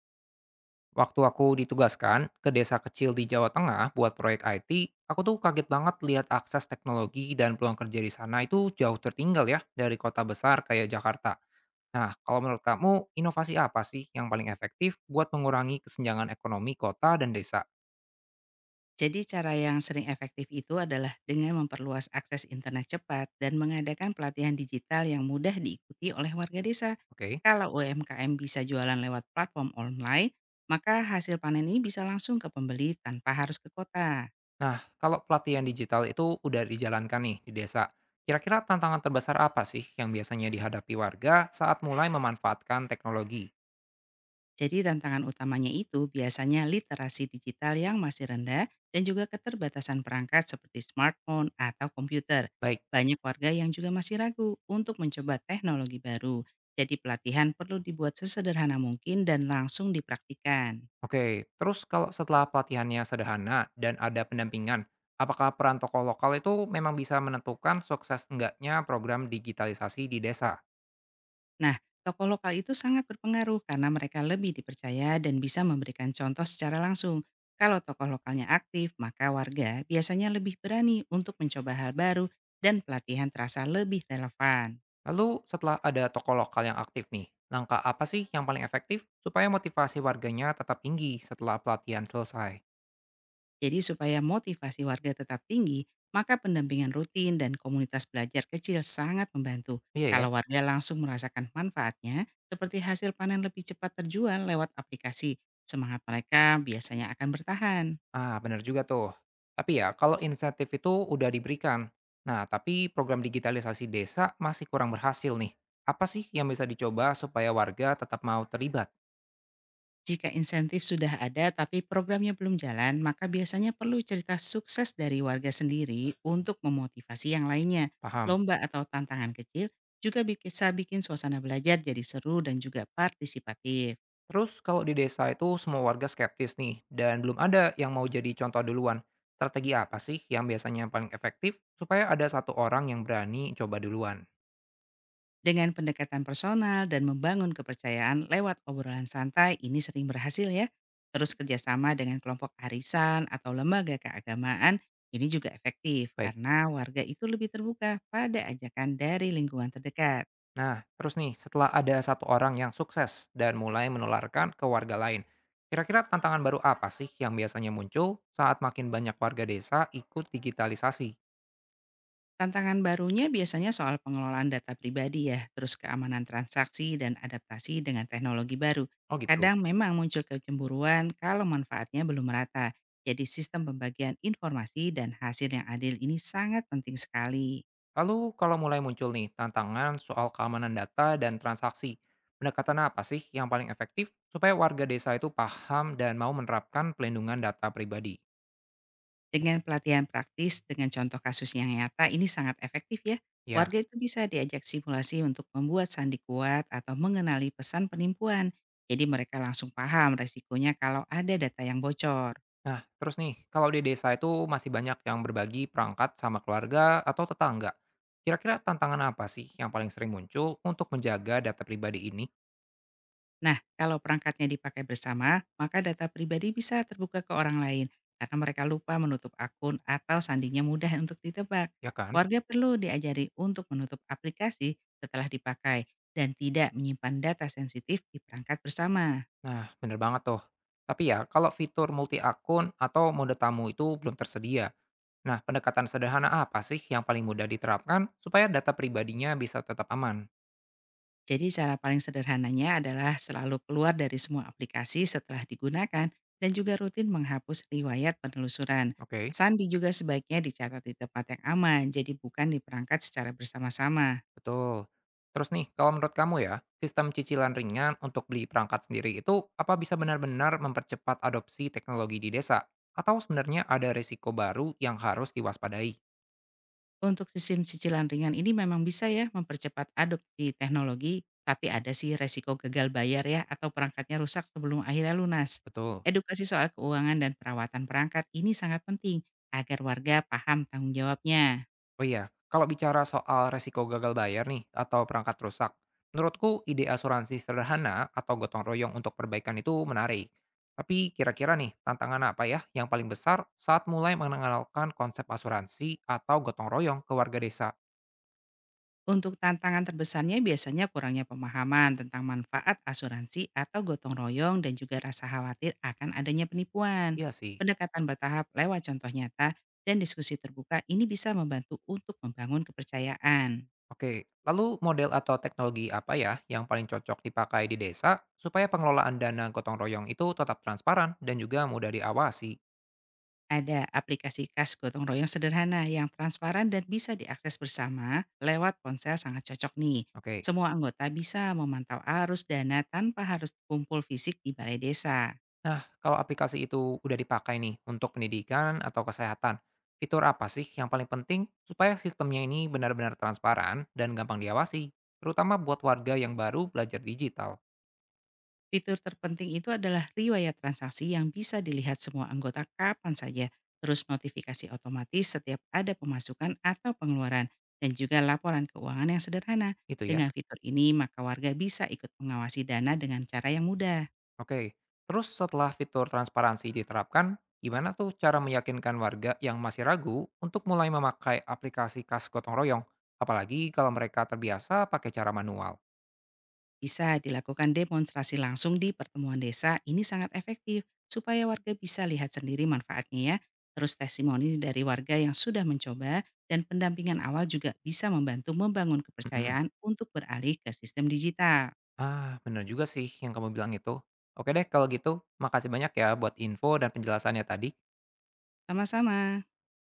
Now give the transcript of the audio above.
Waktu aku ditugaskan ke desa kecil di Jawa Tengah buat proyek IT, aku tuh kaget banget lihat akses teknologi dan peluang kerja di sana itu jauh tertinggal ya dari kota besar kayak Jakarta. Nah, kalau menurut kamu, inovasi apa sih yang paling efektif buat mengurangi kesenjangan ekonomi kota dan desa? Jadi cara yang sering efektif itu adalah dengan memperluas akses internet cepat dan mengadakan pelatihan digital yang mudah diikuti oleh warga desa. Oke. Kalau UMKM bisa jualan lewat platform online, maka hasil panen ini bisa langsung ke pembeli tanpa harus ke kota. Nah, kalau pelatihan digital itu udah dijalankan nih di desa, kira-kira tantangan terbesar apa sih yang biasanya dihadapi warga saat mulai memanfaatkan teknologi? Jadi tantangan utamanya itu biasanya literasi digital yang masih rendah dan juga keterbatasan perangkat seperti smartphone atau komputer. Baik. Banyak warga yang juga masih ragu untuk mencoba teknologi baru. Jadi pelatihan perlu dibuat sesederhana mungkin dan langsung dipraktikan. Oke, terus kalau setelah pelatihannya sederhana dan ada pendampingan, apakah peran tokoh lokal itu memang bisa menentukan sukses enggaknya program digitalisasi di desa? Nah, tokoh lokal itu sangat berpengaruh karena mereka lebih dipercaya dan bisa memberikan contoh secara langsung. Kalau tokoh lokalnya aktif, maka warga biasanya lebih berani untuk mencoba hal baru dan pelatihan terasa lebih relevan. Lalu setelah ada tokoh lokal yang aktif nih, langkah apa sih yang paling efektif supaya motivasi warganya tetap tinggi setelah pelatihan selesai? Jadi supaya motivasi warga tetap tinggi, maka pendampingan rutin dan komunitas belajar kecil sangat membantu. Iya ya, Kalau warga langsung merasakan manfaatnya, seperti hasil panen lebih cepat terjual lewat aplikasi, semangat mereka biasanya akan bertahan. ah benar juga tuh. Tapi ya, kalau insentif itu udah diberikan, nah tapi program digitalisasi desa masih kurang berhasil nih. Apa sih yang bisa dicoba supaya warga tetap mau terlibat? Jika insentif sudah ada tapi programnya belum jalan, maka biasanya perlu cerita sukses dari warga sendiri untuk memotivasi yang lainnya. Paham? Lomba atau tantangan kecil juga bisa bikin suasana belajar jadi seru dan juga partisipatif. Terus kalau di desa itu semua warga skeptis nih dan belum ada yang mau jadi contoh duluan. Strategi apa sih yang biasanya paling efektif supaya ada satu orang yang berani coba duluan? Dengan pendekatan personal dan membangun kepercayaan lewat obrolan santai ini sering berhasil ya. Terus kerjasama dengan kelompok arisan atau lembaga keagamaan ini juga efektif Baik. karena warga itu lebih terbuka pada ajakan dari lingkungan terdekat. Nah, terus nih setelah ada satu orang yang sukses dan mulai menularkan ke warga lain, kira-kira tantangan baru apa sih yang biasanya muncul saat makin banyak warga desa ikut digitalisasi? Tantangan barunya biasanya soal pengelolaan data pribadi ya, terus keamanan transaksi dan adaptasi dengan teknologi baru. Oh gitu. Kadang memang muncul kecemburuan kalau manfaatnya belum merata. Jadi sistem pembagian informasi dan hasil yang adil ini sangat penting sekali. Lalu kalau mulai muncul nih tantangan soal keamanan data dan transaksi, pendekatan apa sih yang paling efektif supaya warga desa itu paham dan mau menerapkan pelindungan data pribadi? Dengan pelatihan praktis dengan contoh kasus yang nyata ini sangat efektif ya. Ya. Warga itu bisa diajak simulasi untuk membuat sandi kuat atau mengenali pesan penipuan. Jadi mereka langsung paham resikonya kalau ada data yang bocor. Nah, terus nih, kalau di desa itu masih banyak yang berbagi perangkat sama keluarga atau tetangga. Kira-kira tantangan apa sih yang paling sering muncul untuk menjaga data pribadi ini? Nah, kalau perangkatnya dipakai bersama, maka data pribadi bisa terbuka ke orang lain karena mereka lupa menutup akun atau sandinya mudah untuk ditebak. Ya kan? Warga perlu diajari untuk menutup aplikasi setelah dipakai dan tidak menyimpan data sensitif di perangkat bersama. Nah, bener banget tuh. Tapi ya, kalau fitur multi akun atau mode tamu itu belum tersedia, nah, pendekatan sederhana apa sih yang paling mudah diterapkan supaya data pribadinya bisa tetap aman? Jadi cara paling sederhananya adalah selalu keluar dari semua aplikasi setelah digunakan dan juga rutin menghapus riwayat penelusuran. Oke. Sandi juga sebaiknya dicatat di tempat yang aman, jadi bukan di perangkat secara bersama-sama. Betul. Terus nih, kalau menurut kamu ya, sistem cicilan ringan untuk beli perangkat sendiri itu apa bisa benar-benar mempercepat adopsi teknologi di desa? Atau sebenarnya ada risiko baru yang harus diwaspadai? Untuk sistem cicilan ringan ini memang bisa ya mempercepat adopsi teknologi, tapi ada sih resiko gagal bayar ya atau perangkatnya rusak sebelum akhirnya lunas. Betul. Edukasi soal keuangan dan perawatan perangkat ini sangat penting agar warga paham tanggung jawabnya. Oh iya, kalau bicara soal resiko gagal bayar nih atau perangkat rusak, menurutku ide asuransi sederhana atau gotong royong untuk perbaikan itu menarik. Tapi kira-kira nih, tantangan apa ya yang paling besar saat mulai mengenalkan konsep asuransi atau gotong royong ke warga desa? Untuk tantangan terbesarnya biasanya kurangnya pemahaman tentang manfaat asuransi atau gotong royong dan juga rasa khawatir akan adanya penipuan. Iya sih. Pendekatan bertahap lewat contoh nyata dan diskusi terbuka ini bisa membantu untuk membangun kepercayaan. Oke, lalu model atau teknologi apa ya yang paling cocok dipakai di desa supaya pengelolaan dana gotong royong itu tetap transparan dan juga mudah diawasi? Ada aplikasi khas gotong royong sederhana yang transparan dan bisa diakses bersama lewat ponsel sangat cocok nih. Oke. Semua anggota bisa memantau arus dana tanpa harus kumpul fisik di balai desa. Nah, kalau aplikasi itu udah dipakai nih untuk pendidikan atau kesehatan, fitur apa sih yang paling penting supaya sistemnya ini benar-benar transparan dan gampang diawasi, terutama buat warga yang baru belajar digital? Fitur terpenting itu adalah riwayat transaksi yang bisa dilihat semua anggota kapan saja, terus notifikasi otomatis setiap ada pemasukan atau pengeluaran, dan juga laporan keuangan yang sederhana. Itu ya. Dengan fitur ini, maka warga bisa ikut mengawasi dana dengan cara yang mudah. Oke. Terus setelah fitur transparansi diterapkan, gimana tuh cara meyakinkan warga yang masih ragu untuk mulai memakai aplikasi khas gotong royong, apalagi kalau mereka terbiasa pakai cara manual? Bisa dilakukan demonstrasi langsung di pertemuan desa, ini sangat efektif supaya warga bisa lihat sendiri manfaatnya ya. Terus testimoni dari warga yang sudah mencoba dan pendampingan awal juga bisa membantu membangun Mhm. kepercayaan untuk beralih ke sistem digital. Ah, bener juga sih yang kamu bilang itu. Oke deh kalau gitu, makasih banyak ya buat info dan penjelasannya tadi. Sama-sama.